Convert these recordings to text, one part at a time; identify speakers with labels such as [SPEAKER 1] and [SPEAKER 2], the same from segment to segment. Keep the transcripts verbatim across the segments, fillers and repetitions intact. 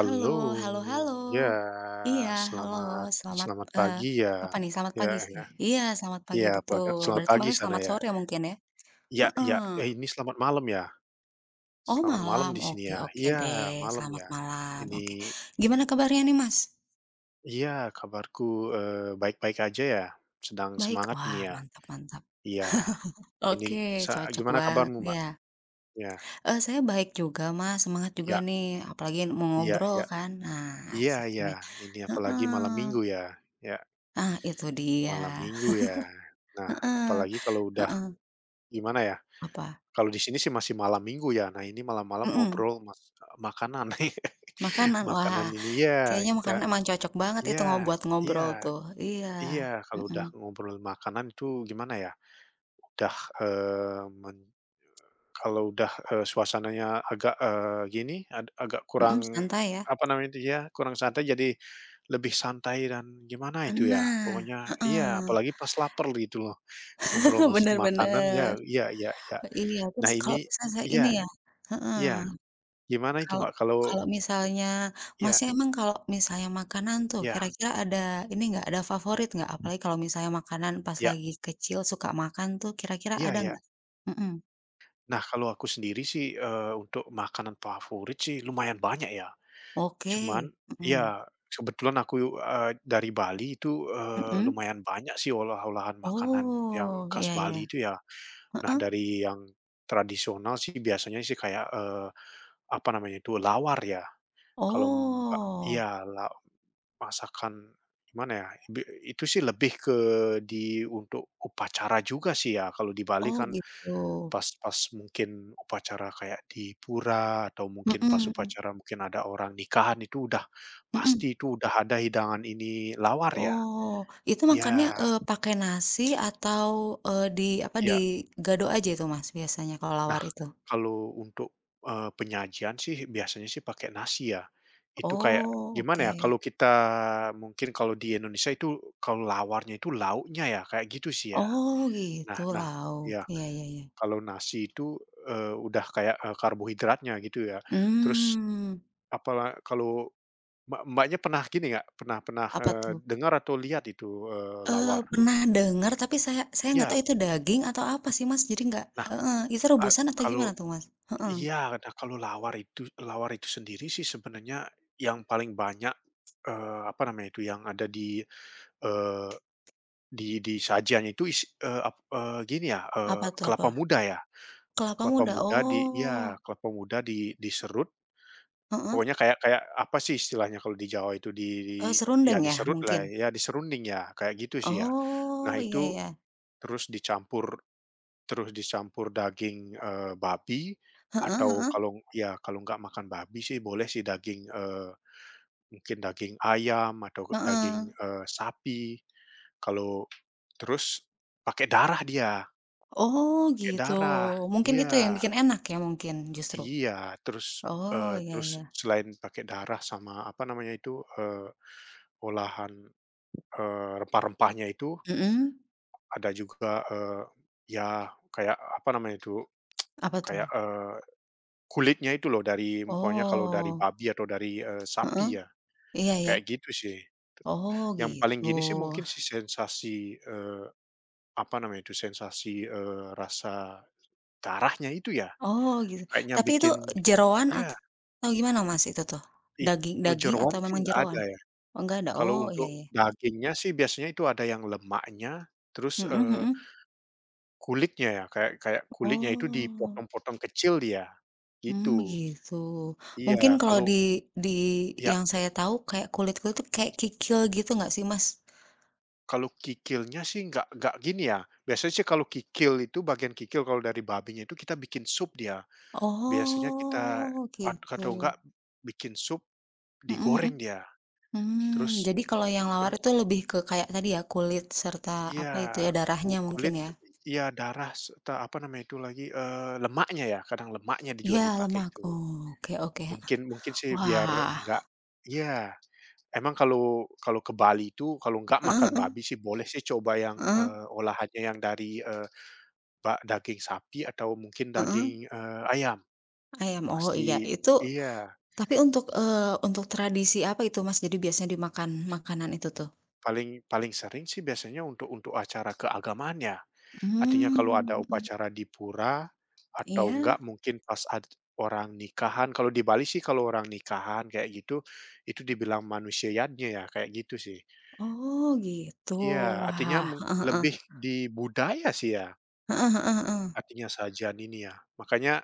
[SPEAKER 1] Halo halo halo.
[SPEAKER 2] ya,
[SPEAKER 1] Iya, halo,
[SPEAKER 2] selamat
[SPEAKER 1] selamat
[SPEAKER 2] selamat
[SPEAKER 1] eee,
[SPEAKER 2] pagi ya.
[SPEAKER 1] apa nih, selamat
[SPEAKER 2] Ya
[SPEAKER 1] pagi sih?
[SPEAKER 2] ya.
[SPEAKER 1] Iya, selamat pagi,
[SPEAKER 2] Iya, pelaga
[SPEAKER 1] betul.
[SPEAKER 2] selamat
[SPEAKER 1] Berarti
[SPEAKER 2] pagi
[SPEAKER 1] Masnya
[SPEAKER 2] sana
[SPEAKER 1] selamat
[SPEAKER 2] ya?
[SPEAKER 1] sore mungkin ya?
[SPEAKER 2] Ya
[SPEAKER 1] Heeh.
[SPEAKER 2] ya, eh, ini selamat malam ya?
[SPEAKER 1] Oh,
[SPEAKER 2] Selamat malam
[SPEAKER 1] malam,
[SPEAKER 2] di sini
[SPEAKER 1] oke
[SPEAKER 2] ya.
[SPEAKER 1] oke
[SPEAKER 2] Iya,
[SPEAKER 1] deh,
[SPEAKER 2] malam
[SPEAKER 1] selamat
[SPEAKER 2] ya.
[SPEAKER 1] malam, oke.
[SPEAKER 2] Ini,
[SPEAKER 1] Gimana kabarnya nih, Mas?
[SPEAKER 2] iya, kabarku, eee, baik-baik aja ya, sedang
[SPEAKER 1] Baik?
[SPEAKER 2] semangat ini
[SPEAKER 1] Wah,
[SPEAKER 2] ya.
[SPEAKER 1] mantap mantap.
[SPEAKER 2] Iya, ini
[SPEAKER 1] Oke,
[SPEAKER 2] sa
[SPEAKER 1] cocok
[SPEAKER 2] gimana
[SPEAKER 1] banget,
[SPEAKER 2] kabarmu, Mbak?
[SPEAKER 1] ya
[SPEAKER 2] Ya
[SPEAKER 1] Eee, saya baik juga, Mas, semangat juga
[SPEAKER 2] ya
[SPEAKER 1] nih, apalagi mau
[SPEAKER 2] ya
[SPEAKER 1] ngobrol
[SPEAKER 2] ya.
[SPEAKER 1] kan. Nah,
[SPEAKER 2] Iya
[SPEAKER 1] asik
[SPEAKER 2] ya,
[SPEAKER 1] nih.
[SPEAKER 2] ini apalagi malam
[SPEAKER 1] Heeh.
[SPEAKER 2] Minggu ya. Ya,
[SPEAKER 1] Ah, itu dia.
[SPEAKER 2] malam Minggu ya. Nah,
[SPEAKER 1] Heeh
[SPEAKER 2] apalagi kalau udah
[SPEAKER 1] heeh.
[SPEAKER 2] gimana ya?
[SPEAKER 1] Apa?
[SPEAKER 2] Kalau di sini sih masih malam Minggu ya. Nah, ini malam-malam
[SPEAKER 1] Mhm.
[SPEAKER 2] ngobrol mas eh, makanan nih,
[SPEAKER 1] Makanan, wah,
[SPEAKER 2] makanan ini ya
[SPEAKER 1] kayaknya makanan
[SPEAKER 2] kita,
[SPEAKER 1] emang cocok banget itu ngo
[SPEAKER 2] ya,
[SPEAKER 1] buat ngobrol
[SPEAKER 2] iya
[SPEAKER 1] tuh, iya,
[SPEAKER 2] iya, kalau
[SPEAKER 1] mhm,
[SPEAKER 2] udah ngobrol makanan itu gimana ya, udah, eee, men kalau udah, eee, suasananya agak, eee, gini, ad agak
[SPEAKER 1] mhm,
[SPEAKER 2] kurang,
[SPEAKER 1] santai ya.
[SPEAKER 2] apa namanya itu ya, kurang santai jadi lebih santai dan gimana itu ya,
[SPEAKER 1] Nah,
[SPEAKER 2] pokoknya, iya,
[SPEAKER 1] heeh,
[SPEAKER 2] apalagi pas lapar gitu loh, ngobrol mas
[SPEAKER 1] bener
[SPEAKER 2] makanan
[SPEAKER 1] bener,
[SPEAKER 2] ya, iya iya iya.
[SPEAKER 1] iya,
[SPEAKER 2] Nah
[SPEAKER 1] terus kalau
[SPEAKER 2] ini,
[SPEAKER 1] misalnya ini
[SPEAKER 2] iya
[SPEAKER 1] ya heeh,
[SPEAKER 2] iya, gimana itu
[SPEAKER 1] kalau
[SPEAKER 2] Mbak, kalau.
[SPEAKER 1] kalau misalnya
[SPEAKER 2] Iya
[SPEAKER 1] Masnya emang kalau misalnya makanan tuh
[SPEAKER 2] iya
[SPEAKER 1] kira-kira ada ini nggak, ada favorit nggak? Apalagi kalau misalnya makanan pas
[SPEAKER 2] iya
[SPEAKER 1] lagi kecil suka makan tuh kira-kira
[SPEAKER 2] iya
[SPEAKER 1] ada
[SPEAKER 2] iya.
[SPEAKER 1] nggak? Mhm,
[SPEAKER 2] Nah, kalau aku sendiri sih, eee, untuk makanan favorit sih lumayan banyak ya.
[SPEAKER 1] oke,
[SPEAKER 2] Cuman
[SPEAKER 1] mhm,
[SPEAKER 2] ya, kebetulan aku, eee, dari Bali itu, eee,
[SPEAKER 1] mhm,
[SPEAKER 2] lumayan banyak sih olah-olahan makanan yang
[SPEAKER 1] oh,
[SPEAKER 2] khas
[SPEAKER 1] iya iya,
[SPEAKER 2] Bali itu ya. Nah,
[SPEAKER 1] heeh.
[SPEAKER 2] dari yang tradisional sih biasanya sih kayak, eee, apa namanya itu, lawar ya. Kalau Mbak,
[SPEAKER 1] Oh
[SPEAKER 2] iya, la masakan gimana ya, bi itu sih lebih ke di untuk upacara juga sih ya, kalau di Bali
[SPEAKER 1] oh
[SPEAKER 2] kan.
[SPEAKER 1] gitu,
[SPEAKER 2] Pas pas mungkin upacara kayak di pura atau mungkin pas
[SPEAKER 1] mhm
[SPEAKER 2] upacara mungkin ada orang nikahan itu udah
[SPEAKER 1] mhm.
[SPEAKER 2] pasti itu udah ada hidangan ini lawar ya?
[SPEAKER 1] Oh, itu makannya,
[SPEAKER 2] Ya
[SPEAKER 1] eee, pakai nasi atau, eee, di apa,
[SPEAKER 2] ya.
[SPEAKER 1] digado aja itu Mas biasanya kalau lawar
[SPEAKER 2] Nah,
[SPEAKER 1] itu?
[SPEAKER 2] kalau untuk, eee, penyajian sih biasanya sih pakai nasi ya. Itu kayak
[SPEAKER 1] Oh oke.
[SPEAKER 2] gimana ya, kalau kita mungkin kalau di Indonesia itu kalau lawarnya itu lauknya ya, kayak gitu sih ya.
[SPEAKER 1] Oh
[SPEAKER 2] Nah
[SPEAKER 1] gitu
[SPEAKER 2] nah
[SPEAKER 1] lauk,
[SPEAKER 2] iya,
[SPEAKER 1] iya iya iya.
[SPEAKER 2] kalau nasi itu, eee, udah kayak, eee, karbohidratnya gitu ya. Terus
[SPEAKER 1] Mmm,
[SPEAKER 2] apala kalau Mbak Mbaknya pernah gini nggak, pernah pernah,
[SPEAKER 1] apa
[SPEAKER 2] eee,
[SPEAKER 1] tuh?
[SPEAKER 2] dengar atau lihat itu, eee,
[SPEAKER 1] Eee,
[SPEAKER 2] lawar?
[SPEAKER 1] pernah dengar tapi saya saya nggak
[SPEAKER 2] Iya.
[SPEAKER 1] tahu itu daging atau apa sih Mas, jadi nggak
[SPEAKER 2] Nah,
[SPEAKER 1] heeh, itu
[SPEAKER 2] a
[SPEAKER 1] rebusan atau gimana
[SPEAKER 2] kalau,
[SPEAKER 1] tuh Mas? Heeh.
[SPEAKER 2] iya, nah kalau lawar itu lawar itu sendiri sih sebenarnya yang paling banyak, eee, apa namanya itu, yang ada di, eee, di di sajian itu is eee, ap eee, gini ya, eee,
[SPEAKER 1] Apa tuh apa?
[SPEAKER 2] kelapa muda ya,
[SPEAKER 1] Kelapa
[SPEAKER 2] kelapa
[SPEAKER 1] muda?
[SPEAKER 2] muda di
[SPEAKER 1] Oh,
[SPEAKER 2] iya, kelapa muda di diserut,
[SPEAKER 1] heeh.
[SPEAKER 2] pokoknya kayak kayak apa sih istilahnya kalau di Jawa itu, di di
[SPEAKER 1] Eee,
[SPEAKER 2] ya
[SPEAKER 1] serundeng ya
[SPEAKER 2] diserut
[SPEAKER 1] mungkin?
[SPEAKER 2] lah ya, ya diserunding ya, kayak gitu sih ya. Nah
[SPEAKER 1] Oh, iya
[SPEAKER 2] itu.
[SPEAKER 1] iya.
[SPEAKER 2] Terus dicampur terus dicampur daging, eee, babi,
[SPEAKER 1] Heeh
[SPEAKER 2] atau
[SPEAKER 1] heeh,
[SPEAKER 2] kalau ya kalau nggak makan babi sih boleh sih daging, eee, mungkin daging ayam atau
[SPEAKER 1] heeh.
[SPEAKER 2] daging, eee, sapi. Kalau terus pakai darah dia,
[SPEAKER 1] Oh,
[SPEAKER 2] pakai
[SPEAKER 1] gitu.
[SPEAKER 2] darah.
[SPEAKER 1] Mungkin itu
[SPEAKER 2] Iya
[SPEAKER 1] yang bikin enak ya mungkin justru?
[SPEAKER 2] iya. Terus,
[SPEAKER 1] Oh,
[SPEAKER 2] eee,
[SPEAKER 1] iya
[SPEAKER 2] terus
[SPEAKER 1] iya.
[SPEAKER 2] selain pakai darah sama apa namanya itu, eee, olahan, eee, rempah-rempahnya itu
[SPEAKER 1] Mhm,
[SPEAKER 2] ada juga, eee, ya kayak apa namanya itu,
[SPEAKER 1] apa
[SPEAKER 2] kayak,
[SPEAKER 1] tuh?
[SPEAKER 2] eee kulitnya itu loh dari, pokoknya kalau dari
[SPEAKER 1] Oh,
[SPEAKER 2] babi atau dari, eee,
[SPEAKER 1] heeh,
[SPEAKER 2] sapi ya,
[SPEAKER 1] iya iya.
[SPEAKER 2] kayak gitu sih.
[SPEAKER 1] Oh,
[SPEAKER 2] Yang paling
[SPEAKER 1] gitu.
[SPEAKER 2] gini sih mungkin si sensasi, eee, apa namanya itu, sensasi, eee, rasa darahnya itu ya,
[SPEAKER 1] Oh, gitu.
[SPEAKER 2] kayaknya
[SPEAKER 1] Tapi itu
[SPEAKER 2] bikin,
[SPEAKER 1] jeroan
[SPEAKER 2] ya,
[SPEAKER 1] atau gimana Mas itu tuh?
[SPEAKER 2] iya, i
[SPEAKER 1] Daging
[SPEAKER 2] kalau
[SPEAKER 1] daging
[SPEAKER 2] jeroan
[SPEAKER 1] atau
[SPEAKER 2] sih
[SPEAKER 1] memang
[SPEAKER 2] nggak
[SPEAKER 1] jeroan?
[SPEAKER 2] ada ya.
[SPEAKER 1] Oh, nggak ada?
[SPEAKER 2] Kalau
[SPEAKER 1] Oh, iya
[SPEAKER 2] untuk
[SPEAKER 1] iya.
[SPEAKER 2] dagingnya sih biasanya itu ada yang lemaknya, terus,
[SPEAKER 1] Mhm
[SPEAKER 2] eee,
[SPEAKER 1] mhm.
[SPEAKER 2] kulitnya ya, kayak kayak kulitnya itu
[SPEAKER 1] Oh.
[SPEAKER 2] dipotong-potong kecil dia,
[SPEAKER 1] Hmm
[SPEAKER 2] gitu.
[SPEAKER 1] gitu. Mungkin
[SPEAKER 2] Iya,
[SPEAKER 1] kalau
[SPEAKER 2] kalau
[SPEAKER 1] di di
[SPEAKER 2] ya
[SPEAKER 1] yang saya tahu kayak kulit-kulit tuh kayak kikil gitu nggak sih, Mas?
[SPEAKER 2] kalau kikilnya sih nggak nggak gini ya, biasanya sih kalau kikil itu bagian kikil kalau dari babinya itu kita bikin sup dia. Biasanya kita
[SPEAKER 1] Oh,
[SPEAKER 2] at
[SPEAKER 1] gitu.
[SPEAKER 2] atau enggak bikin sup,
[SPEAKER 1] Mhm mhm.
[SPEAKER 2] digoreng dia,
[SPEAKER 1] Mmm,
[SPEAKER 2] terus
[SPEAKER 1] jadi kalau yang lawar
[SPEAKER 2] terus
[SPEAKER 1] itu lebih ke kayak tadi ya, kulit serta
[SPEAKER 2] iya,
[SPEAKER 1] apa itu ya,
[SPEAKER 2] ku
[SPEAKER 1] darahnya mungkin
[SPEAKER 2] kulit,
[SPEAKER 1] ya?
[SPEAKER 2] iya, darah serta apa namanya itu lagi, eee, lemaknya ya, kadang lemaknya di
[SPEAKER 1] Iya,
[SPEAKER 2] juga dipakai
[SPEAKER 1] lemak.
[SPEAKER 2] itu.
[SPEAKER 1] Oh, oke oke.
[SPEAKER 2] Mungkin mungkin sih biar
[SPEAKER 1] Wah.
[SPEAKER 2] nggak, iya, emang kalau kalau ke Bali itu kalau nggak
[SPEAKER 1] Heeh
[SPEAKER 2] makan
[SPEAKER 1] heeh.
[SPEAKER 2] babi sih boleh sih coba yang,
[SPEAKER 1] Heeh.
[SPEAKER 2] eee, olahannya yang dari, eee Pak, daging sapi atau mungkin daging, eee, ayam,
[SPEAKER 1] Ayam, oh iya.
[SPEAKER 2] pasti,
[SPEAKER 1] Itu
[SPEAKER 2] iya,
[SPEAKER 1] tapi untuk, eh untuk tradisi apa itu, Mas? Jadi biasanya dimakan makanan itu tuh?
[SPEAKER 2] paling paling sering sih biasanya untuk untuk acara keagamaan ya. Artinya
[SPEAKER 1] Hmm
[SPEAKER 2] kalau ada
[SPEAKER 1] mhm.
[SPEAKER 2] upacara di pura atau
[SPEAKER 1] Iya?
[SPEAKER 2] enggak mungkin pas ad orang nikahan, kalau di Bali sih kalau orang nikahan kayak gitu, itu dibilang manusiaadnya ya, kayak gitu sih.
[SPEAKER 1] Oh gitu.
[SPEAKER 2] Iya, artinya
[SPEAKER 1] Wah,
[SPEAKER 2] mung
[SPEAKER 1] heeh heeh.
[SPEAKER 2] lebih di budaya sih ya,
[SPEAKER 1] Heeh heeh heeh.
[SPEAKER 2] artinya sajian ini ya. Makanya,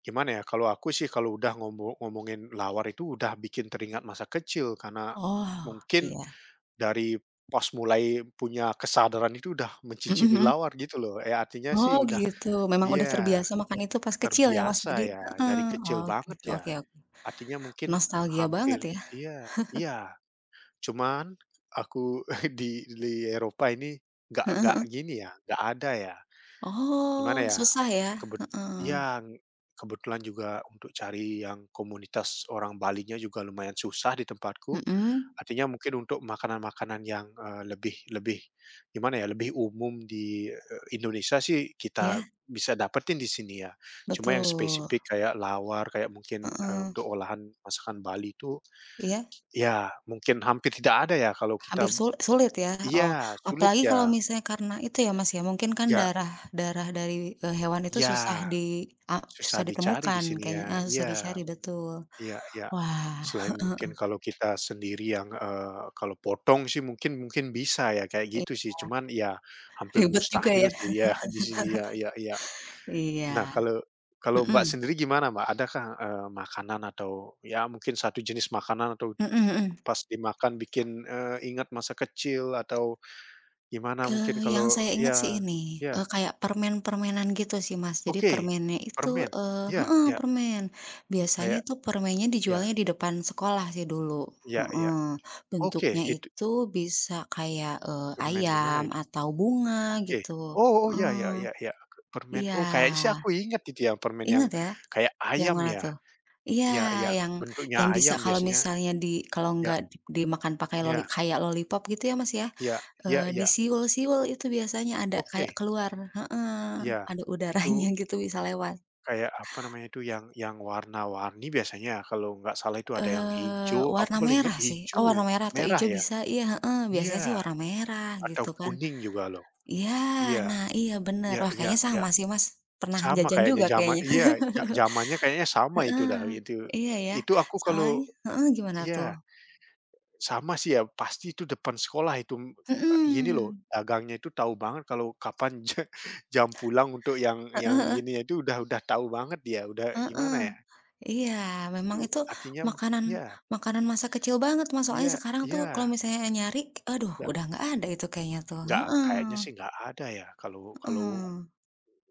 [SPEAKER 2] gimana ya, kalau aku sih kalau udah ngomong ngomongin lawar itu udah bikin teringat masa kecil, karena
[SPEAKER 1] Oh,
[SPEAKER 2] mungkin
[SPEAKER 1] iya.
[SPEAKER 2] dari pas mulai punya kesadaran itu udah
[SPEAKER 1] Mhm
[SPEAKER 2] mencicipi
[SPEAKER 1] mhm.
[SPEAKER 2] lawar gitu loh. Eh, artinya sih
[SPEAKER 1] Oh
[SPEAKER 2] udah,
[SPEAKER 1] gitu, memang udah
[SPEAKER 2] iya,
[SPEAKER 1] terbiasa makan itu pas kecil ya Mas,
[SPEAKER 2] terbiasa
[SPEAKER 1] jadi
[SPEAKER 2] ya,
[SPEAKER 1] heeh,
[SPEAKER 2] dari
[SPEAKER 1] oh
[SPEAKER 2] kecil banget
[SPEAKER 1] gitu,
[SPEAKER 2] ya.
[SPEAKER 1] oke oke.
[SPEAKER 2] Artinya mungkin
[SPEAKER 1] Nostalgia banget
[SPEAKER 2] hampir,
[SPEAKER 1] ya.
[SPEAKER 2] iya iya, cuman aku di di Eropa ini nggak
[SPEAKER 1] Heeh
[SPEAKER 2] nggak
[SPEAKER 1] heeh.
[SPEAKER 2] gini ya, nggak ada ya, gimana
[SPEAKER 1] Oh,
[SPEAKER 2] ya.
[SPEAKER 1] susah ya?
[SPEAKER 2] Kebet
[SPEAKER 1] Heeh.
[SPEAKER 2] iya, kebetulan juga untuk cari yang komunitas orang Balinya juga lumayan susah di tempatku.
[SPEAKER 1] Mhm.
[SPEAKER 2] Artinya mungkin untuk makanan-makanan yang, eee, lebih lebih gimana ya, lebih umum di, eee, Indonesia sih kita
[SPEAKER 1] Iya,
[SPEAKER 2] bisa dapetin di sini ya. Cuma yang
[SPEAKER 1] betul.
[SPEAKER 2] spesifik kayak lawar, kayak mungkin, eee,
[SPEAKER 1] Heeh.
[SPEAKER 2] untuk olahan masakan Bali itu
[SPEAKER 1] Iya?
[SPEAKER 2] ya mungkin hampir tidak ada ya kalau
[SPEAKER 1] Hampir
[SPEAKER 2] kita,
[SPEAKER 1] sul sulit ya? Oh,
[SPEAKER 2] iya, sulit
[SPEAKER 1] apalagi kalau
[SPEAKER 2] ya.
[SPEAKER 1] misalnya karena itu ya, Mas, ya, mungkin kan
[SPEAKER 2] Ya
[SPEAKER 1] darah darah dari, eee, hewan itu susah
[SPEAKER 2] ya,
[SPEAKER 1] di a susah
[SPEAKER 2] susah dicari di
[SPEAKER 1] ditemukan
[SPEAKER 2] sini
[SPEAKER 1] kayaknya,
[SPEAKER 2] ya,
[SPEAKER 1] eee, susah
[SPEAKER 2] iya.
[SPEAKER 1] dicari, betul.
[SPEAKER 2] Iya iya.
[SPEAKER 1] Wah,
[SPEAKER 2] Selain mungkin kalau kita sendiri yang, eee, kalau potong sih mungkin mungkin bisa ya kayak
[SPEAKER 1] i
[SPEAKER 2] gitu sih, cuman ya hampir
[SPEAKER 1] ribet juga
[SPEAKER 2] mustahil
[SPEAKER 1] ya.
[SPEAKER 2] sih ya di sini ya ya ya.
[SPEAKER 1] Iya.
[SPEAKER 2] Nah, kalau kalau Mbak
[SPEAKER 1] Mhm.
[SPEAKER 2] sendiri gimana Mbak? Adakah, eee, makanan atau ya mungkin satu jenis makanan atau
[SPEAKER 1] Mhm mhm.
[SPEAKER 2] pas dimakan bikin, eee, ingat masa kecil atau gimana
[SPEAKER 1] Eee,
[SPEAKER 2] mungkin
[SPEAKER 1] yang
[SPEAKER 2] kalau,
[SPEAKER 1] saya ingat sih
[SPEAKER 2] ya
[SPEAKER 1] ini,
[SPEAKER 2] ya,
[SPEAKER 1] eee, kayak permen-permenan gitu sih, Mas. Jadi
[SPEAKER 2] oke,
[SPEAKER 1] permennya itu
[SPEAKER 2] permen.
[SPEAKER 1] eee,
[SPEAKER 2] Iya
[SPEAKER 1] heeh,
[SPEAKER 2] iya,
[SPEAKER 1] permen. Biasanya
[SPEAKER 2] kayak,
[SPEAKER 1] itu permennya
[SPEAKER 2] iya
[SPEAKER 1] dijualnya di depan sekolah sih dulu,
[SPEAKER 2] iya iya.
[SPEAKER 1] heeh.
[SPEAKER 2] Oke,
[SPEAKER 1] Bentuknya
[SPEAKER 2] itu
[SPEAKER 1] itu bisa kayak, eee,
[SPEAKER 2] permen gimana
[SPEAKER 1] ayam
[SPEAKER 2] itu?
[SPEAKER 1] atau bunga
[SPEAKER 2] Oke.
[SPEAKER 1] gitu,
[SPEAKER 2] Oh oh, ya ya
[SPEAKER 1] heeh.
[SPEAKER 2] ya ya, permen,
[SPEAKER 1] Iya,
[SPEAKER 2] oh, kayaknya sih aku ingat itu ya permen yang
[SPEAKER 1] ingat ya?
[SPEAKER 2] kayak
[SPEAKER 1] Yang
[SPEAKER 2] ayam
[SPEAKER 1] mana
[SPEAKER 2] ya?
[SPEAKER 1] tuh? Iya,
[SPEAKER 2] Iya iya,
[SPEAKER 1] yang
[SPEAKER 2] bentuknya
[SPEAKER 1] yang bisa
[SPEAKER 2] ayam
[SPEAKER 1] kalau
[SPEAKER 2] biasanya.
[SPEAKER 1] misalnya di kalau
[SPEAKER 2] Ya
[SPEAKER 1] nggak di dimakan pakai loli
[SPEAKER 2] ya
[SPEAKER 1] kayak lollipop gitu ya, Mas, ya,
[SPEAKER 2] ya ya
[SPEAKER 1] eee,
[SPEAKER 2] ya.
[SPEAKER 1] disiul-siul itu biasanya ada kayak
[SPEAKER 2] Oke,
[SPEAKER 1] keluar heeh,
[SPEAKER 2] iya.
[SPEAKER 1] ada udaranya
[SPEAKER 2] Itu
[SPEAKER 1] gitu bisa lewat.
[SPEAKER 2] kayak apa namanya itu, yang yang warna-warni biasanya kalau nggak salah itu ada yang
[SPEAKER 1] Eee,
[SPEAKER 2] hijau, aku
[SPEAKER 1] warna
[SPEAKER 2] paling ingat
[SPEAKER 1] merah sih, oh,
[SPEAKER 2] hijau
[SPEAKER 1] warna
[SPEAKER 2] ya,
[SPEAKER 1] merah atau
[SPEAKER 2] merah
[SPEAKER 1] hijau
[SPEAKER 2] ya?
[SPEAKER 1] bisa, iya, heeh, biasanya sih
[SPEAKER 2] Iya,
[SPEAKER 1] warna merah
[SPEAKER 2] atau
[SPEAKER 1] gitu kan.
[SPEAKER 2] kuning juga loh.
[SPEAKER 1] Iya,
[SPEAKER 2] Iya
[SPEAKER 1] nah iya bener.
[SPEAKER 2] iya
[SPEAKER 1] Wah,
[SPEAKER 2] iya
[SPEAKER 1] kayaknya
[SPEAKER 2] iya.
[SPEAKER 1] sama sih, Mas, pernah
[SPEAKER 2] Sama
[SPEAKER 1] jajan
[SPEAKER 2] kayaknya
[SPEAKER 1] juga
[SPEAKER 2] jama
[SPEAKER 1] kayaknya.
[SPEAKER 2] iya, ja zamannya kayaknya sama itu dah
[SPEAKER 1] Heeh,
[SPEAKER 2] itu.
[SPEAKER 1] iya ya,
[SPEAKER 2] Itu aku kalau,
[SPEAKER 1] soalnya heeh, gimana tuh?
[SPEAKER 2] iya. Sama sih ya, pasti itu depan sekolah itu, m Kak, loh,
[SPEAKER 1] Mhm,
[SPEAKER 2] dagangnya itu tahu banget kalau kapan ja jam pulang untuk yang yang
[SPEAKER 1] heeh.
[SPEAKER 2] ininya itu udah udah tahu banget dia, udah
[SPEAKER 1] Heeh.
[SPEAKER 2] gimana ya,
[SPEAKER 1] Iya, memang
[SPEAKER 2] itu
[SPEAKER 1] itu
[SPEAKER 2] artinya mung
[SPEAKER 1] makanan
[SPEAKER 2] ya,
[SPEAKER 1] makanan masa kecil banget, Mas, soalnya
[SPEAKER 2] iya
[SPEAKER 1] sekarang tuh
[SPEAKER 2] iya,
[SPEAKER 1] kalau misalnya nyari, aduh
[SPEAKER 2] nggak
[SPEAKER 1] udah nggak ada itu kayaknya tuh,
[SPEAKER 2] nggak
[SPEAKER 1] heeh
[SPEAKER 2] kayaknya sih nggak ada ya kalau kalau
[SPEAKER 1] heeh.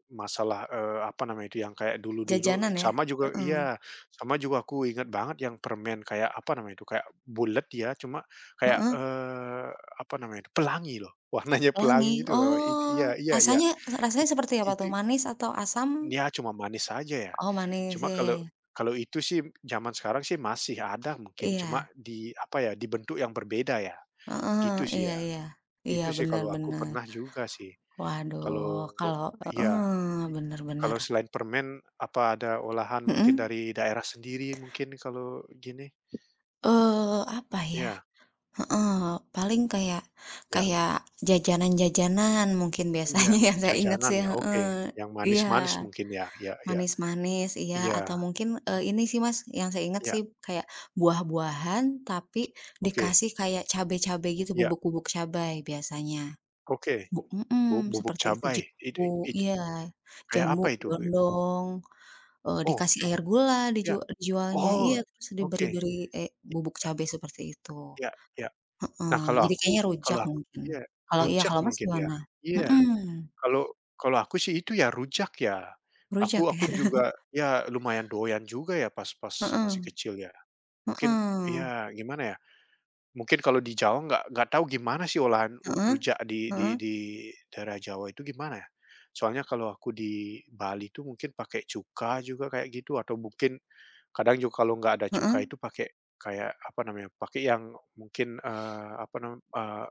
[SPEAKER 2] masalah, eee, apa namanya itu, yang kayak dulu-dulu,
[SPEAKER 1] Jajanan ya?
[SPEAKER 2] sama juga,
[SPEAKER 1] Heeh
[SPEAKER 2] iya, sama juga aku ingat banget yang permen kayak apa namanya itu, kayak bulet ya, cuma kayak,
[SPEAKER 1] heeh,
[SPEAKER 2] eee, apa namanya itu, pelangi loh, warnanya
[SPEAKER 1] pelangi?
[SPEAKER 2] pelangi itu loh, itu
[SPEAKER 1] Oh,
[SPEAKER 2] iya iya iya,
[SPEAKER 1] rasanya rasanya
[SPEAKER 2] itu
[SPEAKER 1] seperti apa
[SPEAKER 2] itu
[SPEAKER 1] tuh, manis atau asam?
[SPEAKER 2] ya cuma manis aja ya.
[SPEAKER 1] Oh manis,
[SPEAKER 2] Cuma
[SPEAKER 1] iya iya
[SPEAKER 2] kalau
[SPEAKER 1] iya.
[SPEAKER 2] kalau itu sih zaman sekarang sih masih ada mungkin, cuma
[SPEAKER 1] Iya,
[SPEAKER 2] di apa ya, di bentuk yang berbeda ya,
[SPEAKER 1] heeh,
[SPEAKER 2] gitu sih
[SPEAKER 1] iya
[SPEAKER 2] ya.
[SPEAKER 1] iya. Iya,
[SPEAKER 2] Itu sih kalau aku
[SPEAKER 1] benar-benar.
[SPEAKER 2] pernah juga sih.
[SPEAKER 1] Waduh,
[SPEAKER 2] Kalau
[SPEAKER 1] kalau
[SPEAKER 2] iya,
[SPEAKER 1] heeh,
[SPEAKER 2] i kalau
[SPEAKER 1] benar-benar.
[SPEAKER 2] selain permen, apa ada olahan mungkin
[SPEAKER 1] Mhm?
[SPEAKER 2] dari daerah sendiri mungkin kalau gini?
[SPEAKER 1] Eee, apa ya?
[SPEAKER 2] Iya
[SPEAKER 1] Heeh, paling kayak
[SPEAKER 2] iya
[SPEAKER 1] kayak jajanan-jajanan mungkin
[SPEAKER 2] iya,
[SPEAKER 1] biasanya yang saya ingat
[SPEAKER 2] jajanan
[SPEAKER 1] sih,
[SPEAKER 2] ya, oke.
[SPEAKER 1] heeh.
[SPEAKER 2] Yang
[SPEAKER 1] Iya,
[SPEAKER 2] manis-manis mungkin ya? Iya iya.
[SPEAKER 1] manis-manis, iya,
[SPEAKER 2] Iya
[SPEAKER 1] atau mungkin, eee, ini sih Mas, yang saya ingat
[SPEAKER 2] iya,
[SPEAKER 1] sih kayak buah-buahan tapi
[SPEAKER 2] oke.
[SPEAKER 1] dikasih kayak cabe-cabe gitu,
[SPEAKER 2] Iya,
[SPEAKER 1] bubuk-bubuk cabai biasanya.
[SPEAKER 2] oke.
[SPEAKER 1] Bu
[SPEAKER 2] Bu
[SPEAKER 1] mhm,
[SPEAKER 2] bubuk
[SPEAKER 1] seperti itu
[SPEAKER 2] cabai, it
[SPEAKER 1] jambu
[SPEAKER 2] it
[SPEAKER 1] iya,
[SPEAKER 2] kayak
[SPEAKER 1] jambu,
[SPEAKER 2] apa itu? E
[SPEAKER 1] kedondong, eee,
[SPEAKER 2] oh,
[SPEAKER 1] dikasih air gula diju
[SPEAKER 2] iya.
[SPEAKER 1] dijualnya iya,
[SPEAKER 2] Oh,
[SPEAKER 1] terus
[SPEAKER 2] oke.
[SPEAKER 1] diberi-beri, eee, bubuk cabe seperti itu.
[SPEAKER 2] Iya iya.
[SPEAKER 1] Heeh,
[SPEAKER 2] Nah, kalau
[SPEAKER 1] jadi
[SPEAKER 2] aku
[SPEAKER 1] kayaknya rujak
[SPEAKER 2] kalau aku
[SPEAKER 1] mungkin.
[SPEAKER 2] iya,
[SPEAKER 1] Kalau iya,
[SPEAKER 2] rujak
[SPEAKER 1] kalau Mas
[SPEAKER 2] mungkin ya?
[SPEAKER 1] gimana?
[SPEAKER 2] Iya.
[SPEAKER 1] Mhm,
[SPEAKER 2] Kalau kalau aku sih itu ya rujak ya. Aku
[SPEAKER 1] rujak
[SPEAKER 2] aku
[SPEAKER 1] ya?
[SPEAKER 2] juga ya lumayan doyan juga ya pas pas masih
[SPEAKER 1] Heeh
[SPEAKER 2] kecil ya. Mungkin
[SPEAKER 1] heeh,
[SPEAKER 2] ya gimana ya, mungkin kalau di Jawa nggak nggak tahu gimana sih olahan u
[SPEAKER 1] heeh
[SPEAKER 2] rujak di
[SPEAKER 1] heeh
[SPEAKER 2] di di daerah Jawa itu gimana ya? Soalnya kalau aku di Bali tuh mungkin pakai cuka juga kayak gitu atau mungkin. Kadang juga kalau nggak ada
[SPEAKER 1] heeh,
[SPEAKER 2] cukai itu pakai kayak apa namanya, pakai yang mungkin, eee, apa namanya, eee,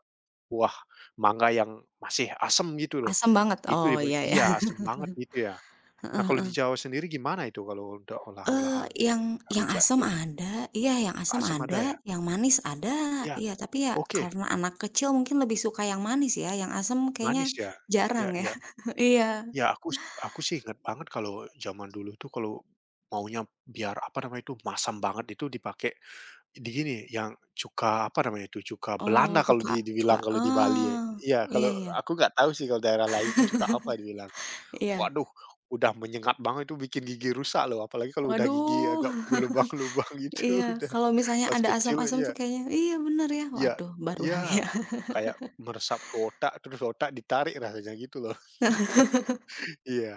[SPEAKER 2] buah mangga yang masih asem gitu loh.
[SPEAKER 1] asam banget?
[SPEAKER 2] Itu
[SPEAKER 1] Oh,
[SPEAKER 2] dipa
[SPEAKER 1] iya iya.
[SPEAKER 2] iya, asem banget gitu ya. Nah,
[SPEAKER 1] Heeh
[SPEAKER 2] kalau
[SPEAKER 1] heeh.
[SPEAKER 2] di Jawa sendiri gimana itu kalau untuk
[SPEAKER 1] Eee,
[SPEAKER 2] olah-olahan
[SPEAKER 1] yang yang
[SPEAKER 2] rujak
[SPEAKER 1] asam
[SPEAKER 2] itu?
[SPEAKER 1] ada, iya yang asam
[SPEAKER 2] Asam ada ya?
[SPEAKER 1] ada, yang manis ada,
[SPEAKER 2] Iya,
[SPEAKER 1] iya tapi ya
[SPEAKER 2] oke,
[SPEAKER 1] karena anak kecil mungkin lebih suka yang manis ya, yang asam kayaknya
[SPEAKER 2] manis ya?
[SPEAKER 1] jarang
[SPEAKER 2] Iya
[SPEAKER 1] ya.
[SPEAKER 2] iya.
[SPEAKER 1] Iya,
[SPEAKER 2] Ya, aku s aku sih inget banget kalau zaman dulu tuh kalau maunya biar apa namanya itu, masam banget itu dipakai. Di gini, yang cuka apa namanya itu, cuka
[SPEAKER 1] oh,
[SPEAKER 2] Belanda kalau
[SPEAKER 1] cuka
[SPEAKER 2] di
[SPEAKER 1] cuka
[SPEAKER 2] dibilang kalau di Bali ya.
[SPEAKER 1] oh,
[SPEAKER 2] Iya,
[SPEAKER 1] iya
[SPEAKER 2] kalau
[SPEAKER 1] iya
[SPEAKER 2] aku nggak tahu sih kalau daerah lain itu cuka apa dibilang.
[SPEAKER 1] iya.
[SPEAKER 2] Waduh, udah menyengat banget itu bikin gigi rusak loh, apalagi kalau udah gigi
[SPEAKER 1] Waduh.
[SPEAKER 2] agak berlubang-lubang
[SPEAKER 1] Iya,
[SPEAKER 2] gitu udah
[SPEAKER 1] kalau misalnya
[SPEAKER 2] pas
[SPEAKER 1] ada
[SPEAKER 2] kecil,
[SPEAKER 1] asam-asam tuh
[SPEAKER 2] iya
[SPEAKER 1] kayaknya, iya bener ya,
[SPEAKER 2] iya
[SPEAKER 1] waduh
[SPEAKER 2] iya,
[SPEAKER 1] berbahaya.
[SPEAKER 2] kayak meresap ke otak, terus otak ditarik rasanya gitu loh. Iya,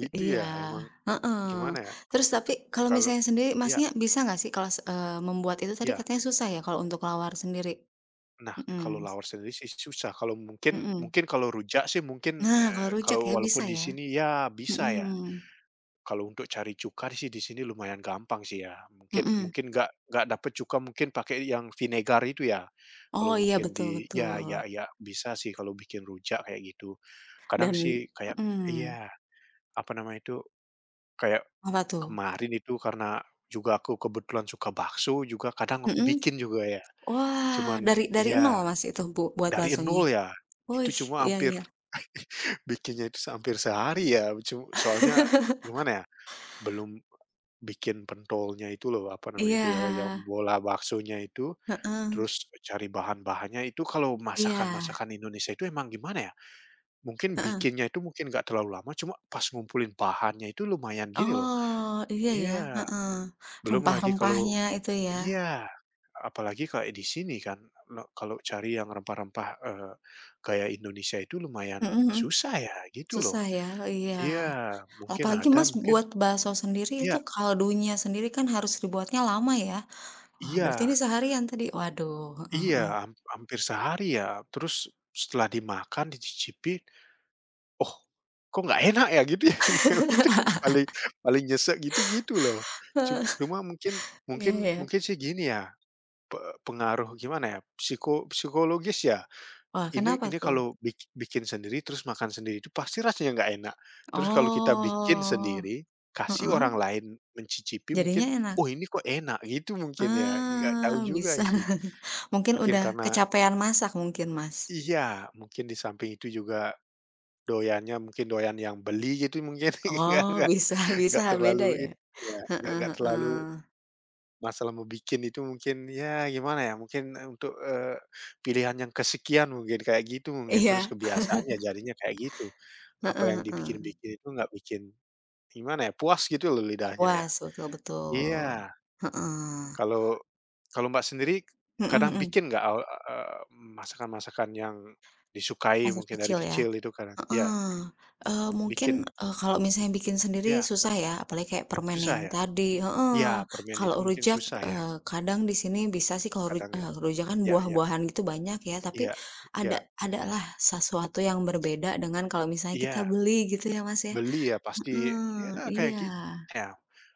[SPEAKER 2] gitu
[SPEAKER 1] Iya,
[SPEAKER 2] ya emang
[SPEAKER 1] heeh.
[SPEAKER 2] gimana ya,
[SPEAKER 1] Terus tapi kalau
[SPEAKER 2] kalau,
[SPEAKER 1] misalnya sendiri
[SPEAKER 2] iya
[SPEAKER 1] Masnya bisa nggak sih kalau se eh, membuat itu tadi
[SPEAKER 2] iya.
[SPEAKER 1] katanya susah ya kalau untuk lawar sendiri?
[SPEAKER 2] Nah,
[SPEAKER 1] Mhm,
[SPEAKER 2] kalau lawar sendiri sih susah, kalau mungkin
[SPEAKER 1] mhm.
[SPEAKER 2] mungkin kalau rujak sih mungkin,
[SPEAKER 1] Nah kalau
[SPEAKER 2] eee,
[SPEAKER 1] rujak
[SPEAKER 2] kalau
[SPEAKER 1] ya bisa
[SPEAKER 2] walaupun di
[SPEAKER 1] ya?
[SPEAKER 2] sini ya bisa ya,
[SPEAKER 1] Mhm,
[SPEAKER 2] kalau untuk cari cuka sih di sini lumayan gampang sih ya, mungkin
[SPEAKER 1] mhm.
[SPEAKER 2] mungkin nggak nggak dapet cuka mungkin pakai yang vinegar itu ya, kalau
[SPEAKER 1] Oh iya
[SPEAKER 2] mungkin
[SPEAKER 1] betul
[SPEAKER 2] di ya
[SPEAKER 1] betul
[SPEAKER 2] ya ya bisa sih kalau bikin rujak kayak gitu. Kadang
[SPEAKER 1] dan
[SPEAKER 2] sih kayak,
[SPEAKER 1] mhm,
[SPEAKER 2] iya, apa namanya itu, kayak
[SPEAKER 1] apa tuh?
[SPEAKER 2] kemarin itu karena juga aku kebetulan suka bakso juga kadang aku
[SPEAKER 1] Mhm?
[SPEAKER 2] bikin juga ya,
[SPEAKER 1] Wah
[SPEAKER 2] cuman
[SPEAKER 1] dari dari nol
[SPEAKER 2] ya.
[SPEAKER 1] Mas itu bu buat
[SPEAKER 2] Dari
[SPEAKER 1] baksonya?
[SPEAKER 2] nol ya? Itu
[SPEAKER 1] Wih,
[SPEAKER 2] cuma
[SPEAKER 1] iya
[SPEAKER 2] hampir
[SPEAKER 1] iya.
[SPEAKER 2] bikinnya itu hampir sehari ya, cu soalnya gimana ya, belum bikin pentolnya itu loh, apa namanya
[SPEAKER 1] Iya,
[SPEAKER 2] itu ya, yang bola baksonya itu,
[SPEAKER 1] heeh,
[SPEAKER 2] terus cari bahan-bahannya itu kalau
[SPEAKER 1] iya.
[SPEAKER 2] masakan-masakan Indonesia itu emang gimana ya, mungkin
[SPEAKER 1] Heeh.
[SPEAKER 2] bikinnya itu mungkin nggak terlalu lama, cuma pas ngumpulin bahannya itu lumayan gini loh,
[SPEAKER 1] Oh, iya ya,
[SPEAKER 2] iya,
[SPEAKER 1] heeh.
[SPEAKER 2] belum lagi kalau,
[SPEAKER 1] Rempah-rempahnya itu ya.
[SPEAKER 2] iya. Apalagi kayak di sini kan, le kalau cari yang rempah-rempah, eee, gaya Indonesia itu lumayan
[SPEAKER 1] Mhm mhm.
[SPEAKER 2] susah ya, gitu loh.
[SPEAKER 1] Susah ya, iya.
[SPEAKER 2] Iya, mungkin
[SPEAKER 1] Apalagi
[SPEAKER 2] ada,
[SPEAKER 1] Mas
[SPEAKER 2] mungkin,
[SPEAKER 1] buat bakso sendiri itu
[SPEAKER 2] iya
[SPEAKER 1] kaldunya sendiri kan harus dibuatnya lama ya. Wah, berarti ini
[SPEAKER 2] iya
[SPEAKER 1] seharian tadi. Waduh, heeh
[SPEAKER 2] iya,
[SPEAKER 1] heeh.
[SPEAKER 2] ham hampir sehari ya. Terus setelah dimakan, dicicipin, "Oh, kok nggak enak ya?" Gitu ya, dia itu paling paling nyesek gitu, gitu loh. Cu cuma mungkin
[SPEAKER 1] Iya
[SPEAKER 2] mungkin
[SPEAKER 1] ya.
[SPEAKER 2] mungkin sih gini ya, pe pengaruh gimana ya, psiko psikologis ya?
[SPEAKER 1] Wah,
[SPEAKER 2] Ini
[SPEAKER 1] kenapa
[SPEAKER 2] ini
[SPEAKER 1] tuh?
[SPEAKER 2] kalau bik bikin sendiri terus makan sendiri itu pasti rasanya nggak enak. Terus kalau kita bikin
[SPEAKER 1] Oh,
[SPEAKER 2] sendiri, kasih
[SPEAKER 1] heeh,
[SPEAKER 2] orang lain mencicipi
[SPEAKER 1] jadinya
[SPEAKER 2] mungkin,
[SPEAKER 1] enak?
[SPEAKER 2] "Oh ini kok enak," gitu mungkin ya, nggak tahu
[SPEAKER 1] Ah,
[SPEAKER 2] juga
[SPEAKER 1] bisa.
[SPEAKER 2] sih.
[SPEAKER 1] Mungkin
[SPEAKER 2] Mungkin
[SPEAKER 1] udah
[SPEAKER 2] karena,
[SPEAKER 1] kecapean masak mungkin Mas?
[SPEAKER 2] iya, mungkin di samping itu juga doyannya mungkin doyan yang beli gitu mungkin nggak
[SPEAKER 1] Oh,
[SPEAKER 2] nggak
[SPEAKER 1] bisa bisa,
[SPEAKER 2] nggak terlalu
[SPEAKER 1] beda ya?
[SPEAKER 2] itu ya, nggak
[SPEAKER 1] Heeh
[SPEAKER 2] nggak terlalu.
[SPEAKER 1] heeh.
[SPEAKER 2] Masalah mau bikin itu mungkin ya gimana ya, mungkin, eee, untuk, eee, pilihan yang kesekian mungkin kayak gitu mungkin, terus
[SPEAKER 1] Iya.
[SPEAKER 2] kebiasaannya jadinya kayak gitu. Apa
[SPEAKER 1] Heeh
[SPEAKER 2] yang
[SPEAKER 1] heeh.
[SPEAKER 2] dibikin-bikin itu nggak bikin gimana ya, puas gitu loh lidahnya ya.
[SPEAKER 1] Puas, betul betul.
[SPEAKER 2] Iya,
[SPEAKER 1] Heeh.
[SPEAKER 2] kalau kalau Mbak sendiri
[SPEAKER 1] Mhm
[SPEAKER 2] kadang
[SPEAKER 1] mhm.
[SPEAKER 2] bikin nggak, eee eee, masakan-masakan yang disukai
[SPEAKER 1] Pasar
[SPEAKER 2] mungkin dari
[SPEAKER 1] kecil ya?
[SPEAKER 2] kecil itu kadang? Ya
[SPEAKER 1] Heeh. Eee, mungkin,
[SPEAKER 2] bikin
[SPEAKER 1] eee, kalau misalnya bikin sendiri
[SPEAKER 2] ya,
[SPEAKER 1] susah ya, apalagi kayak permen
[SPEAKER 2] susah
[SPEAKER 1] yang
[SPEAKER 2] ya?
[SPEAKER 1] tadi
[SPEAKER 2] Ya
[SPEAKER 1] heeh.
[SPEAKER 2] permen
[SPEAKER 1] Kalau
[SPEAKER 2] itu mungkin
[SPEAKER 1] rujak,
[SPEAKER 2] susah ya,
[SPEAKER 1] eee, kadang di sini bisa sih kalau ru
[SPEAKER 2] kadang ya?
[SPEAKER 1] eee, rujak kan
[SPEAKER 2] Ya ya,
[SPEAKER 1] buah-buahan gitu banyak ya, tapi
[SPEAKER 2] iya, ya
[SPEAKER 1] ada ada lah sesuatu yang berbeda dengan kalau misalnya kita
[SPEAKER 2] iya.
[SPEAKER 1] beli gitu ya, Mas, ya?
[SPEAKER 2] Beli ya pasti
[SPEAKER 1] Heeh,
[SPEAKER 2] ya kayak
[SPEAKER 1] iya.
[SPEAKER 2] gi ya,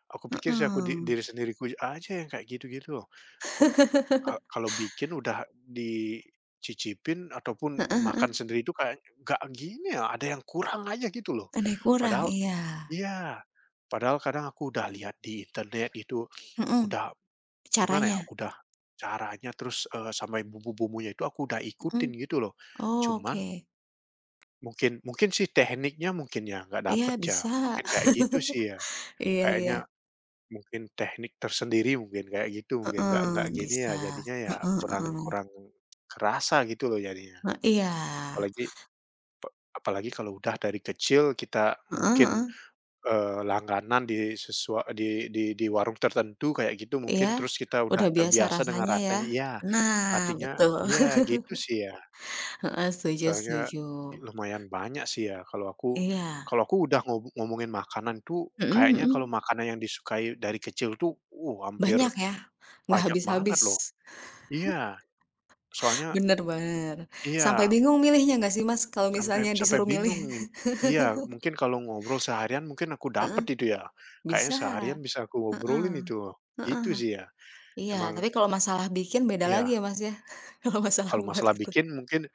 [SPEAKER 2] aku pikir sih aku di
[SPEAKER 1] Heeh.
[SPEAKER 2] diri sendiriku aja yang kayak gitu-gitu loh. Kok, ka kalau bikin udah dicicipin ataupun
[SPEAKER 1] Heeh heeh.
[SPEAKER 2] makan sendiri itu kayak nggak gini ya, ada yang kurang aja gitu loh.
[SPEAKER 1] Ada yang kurang,
[SPEAKER 2] Padahal,
[SPEAKER 1] iya.
[SPEAKER 2] iya, padahal kadang aku udah lihat di internet itu
[SPEAKER 1] Mhm.
[SPEAKER 2] udah gimana ya,
[SPEAKER 1] Caranya?
[SPEAKER 2] udah caranya terus, eee, sampai bumbu-bumbunya itu aku udah
[SPEAKER 1] Mmm,
[SPEAKER 2] ikutin gitu loh.
[SPEAKER 1] oh,
[SPEAKER 2] Cuman
[SPEAKER 1] oke.
[SPEAKER 2] mungkin mungkin sih tekniknya mungkin ya nggak
[SPEAKER 1] Iya
[SPEAKER 2] dapet ya,
[SPEAKER 1] bisa.
[SPEAKER 2] mungkin kayak gitu sih ya.
[SPEAKER 1] Iya iya.
[SPEAKER 2] Kayaknya mungkin teknik tersendiri mungkin kayak gitu mungkin, nggak
[SPEAKER 1] Heeh,
[SPEAKER 2] nggak gini ya
[SPEAKER 1] bisa.
[SPEAKER 2] jadinya ya
[SPEAKER 1] Heeh
[SPEAKER 2] kurang
[SPEAKER 1] heeh.
[SPEAKER 2] kurang kerasa gitu loh jadinya.
[SPEAKER 1] He iya.
[SPEAKER 2] Apalagi apalagi kalau udah dari kecil kita
[SPEAKER 1] Heeh
[SPEAKER 2] mungkin,
[SPEAKER 1] heeh.
[SPEAKER 2] eee, langganan di sesua di di di warung tertentu kayak gitu
[SPEAKER 1] Iya,
[SPEAKER 2] mungkin terus kita udah
[SPEAKER 1] udah biasa
[SPEAKER 2] terbiasa dengan
[SPEAKER 1] rasanya ya.
[SPEAKER 2] rasanya, iya,
[SPEAKER 1] Nah,
[SPEAKER 2] artinya,
[SPEAKER 1] betul.
[SPEAKER 2] iya gitu sih ya.
[SPEAKER 1] Heeh, setuju
[SPEAKER 2] Soalnya
[SPEAKER 1] setuju.
[SPEAKER 2] lumayan banyak sih ya kalau aku
[SPEAKER 1] Iya.
[SPEAKER 2] kalau aku udah ngob ngomongin makanan tuh
[SPEAKER 1] Mhm
[SPEAKER 2] kayaknya
[SPEAKER 1] mhm.
[SPEAKER 2] kalau makanan yang disukai dari kecil tuh, uh, hampir.
[SPEAKER 1] Banyak ya? Nggak
[SPEAKER 2] Banyak banget
[SPEAKER 1] habis-habis.
[SPEAKER 2] loh. Iya, soalnya,
[SPEAKER 1] Bener bener. Sampai
[SPEAKER 2] iya,
[SPEAKER 1] bingung milihnya nggak sih Mas, kalau
[SPEAKER 2] sampai
[SPEAKER 1] misalnya
[SPEAKER 2] sampai
[SPEAKER 1] disuruh milih?
[SPEAKER 2] bingung nih. Iya, mungkin kalau ngobrol seharian mungkin aku
[SPEAKER 1] Heeh.
[SPEAKER 2] dapet itu ya. Kayaknya
[SPEAKER 1] Bisa.
[SPEAKER 2] seharian bisa aku
[SPEAKER 1] Heeh.
[SPEAKER 2] obrolin itu,
[SPEAKER 1] Heeh.
[SPEAKER 2] gitu sih ya.
[SPEAKER 1] Iya,
[SPEAKER 2] Emang,
[SPEAKER 1] tapi kalau masalah bikin beda lagi
[SPEAKER 2] iya,
[SPEAKER 1] ya, Mas, ya, kalau masalah
[SPEAKER 2] kalau
[SPEAKER 1] buat
[SPEAKER 2] masalah
[SPEAKER 1] gitu.
[SPEAKER 2] bikin mungkin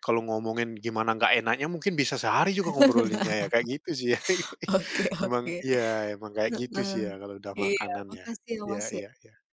[SPEAKER 2] kalau ngomongin gimana nggak enaknya mungkin bisa sehari juga ngobrolinnya ya, kayak gitu sih ya.
[SPEAKER 1] Oke
[SPEAKER 2] Emang
[SPEAKER 1] oke,
[SPEAKER 2] iya, emang kayak gitu
[SPEAKER 1] heeh.
[SPEAKER 2] sih ya kalau udah
[SPEAKER 1] Iya,
[SPEAKER 2] makanan ya.
[SPEAKER 1] makasih ya,
[SPEAKER 2] Iya
[SPEAKER 1] Mas, ya.
[SPEAKER 2] iya.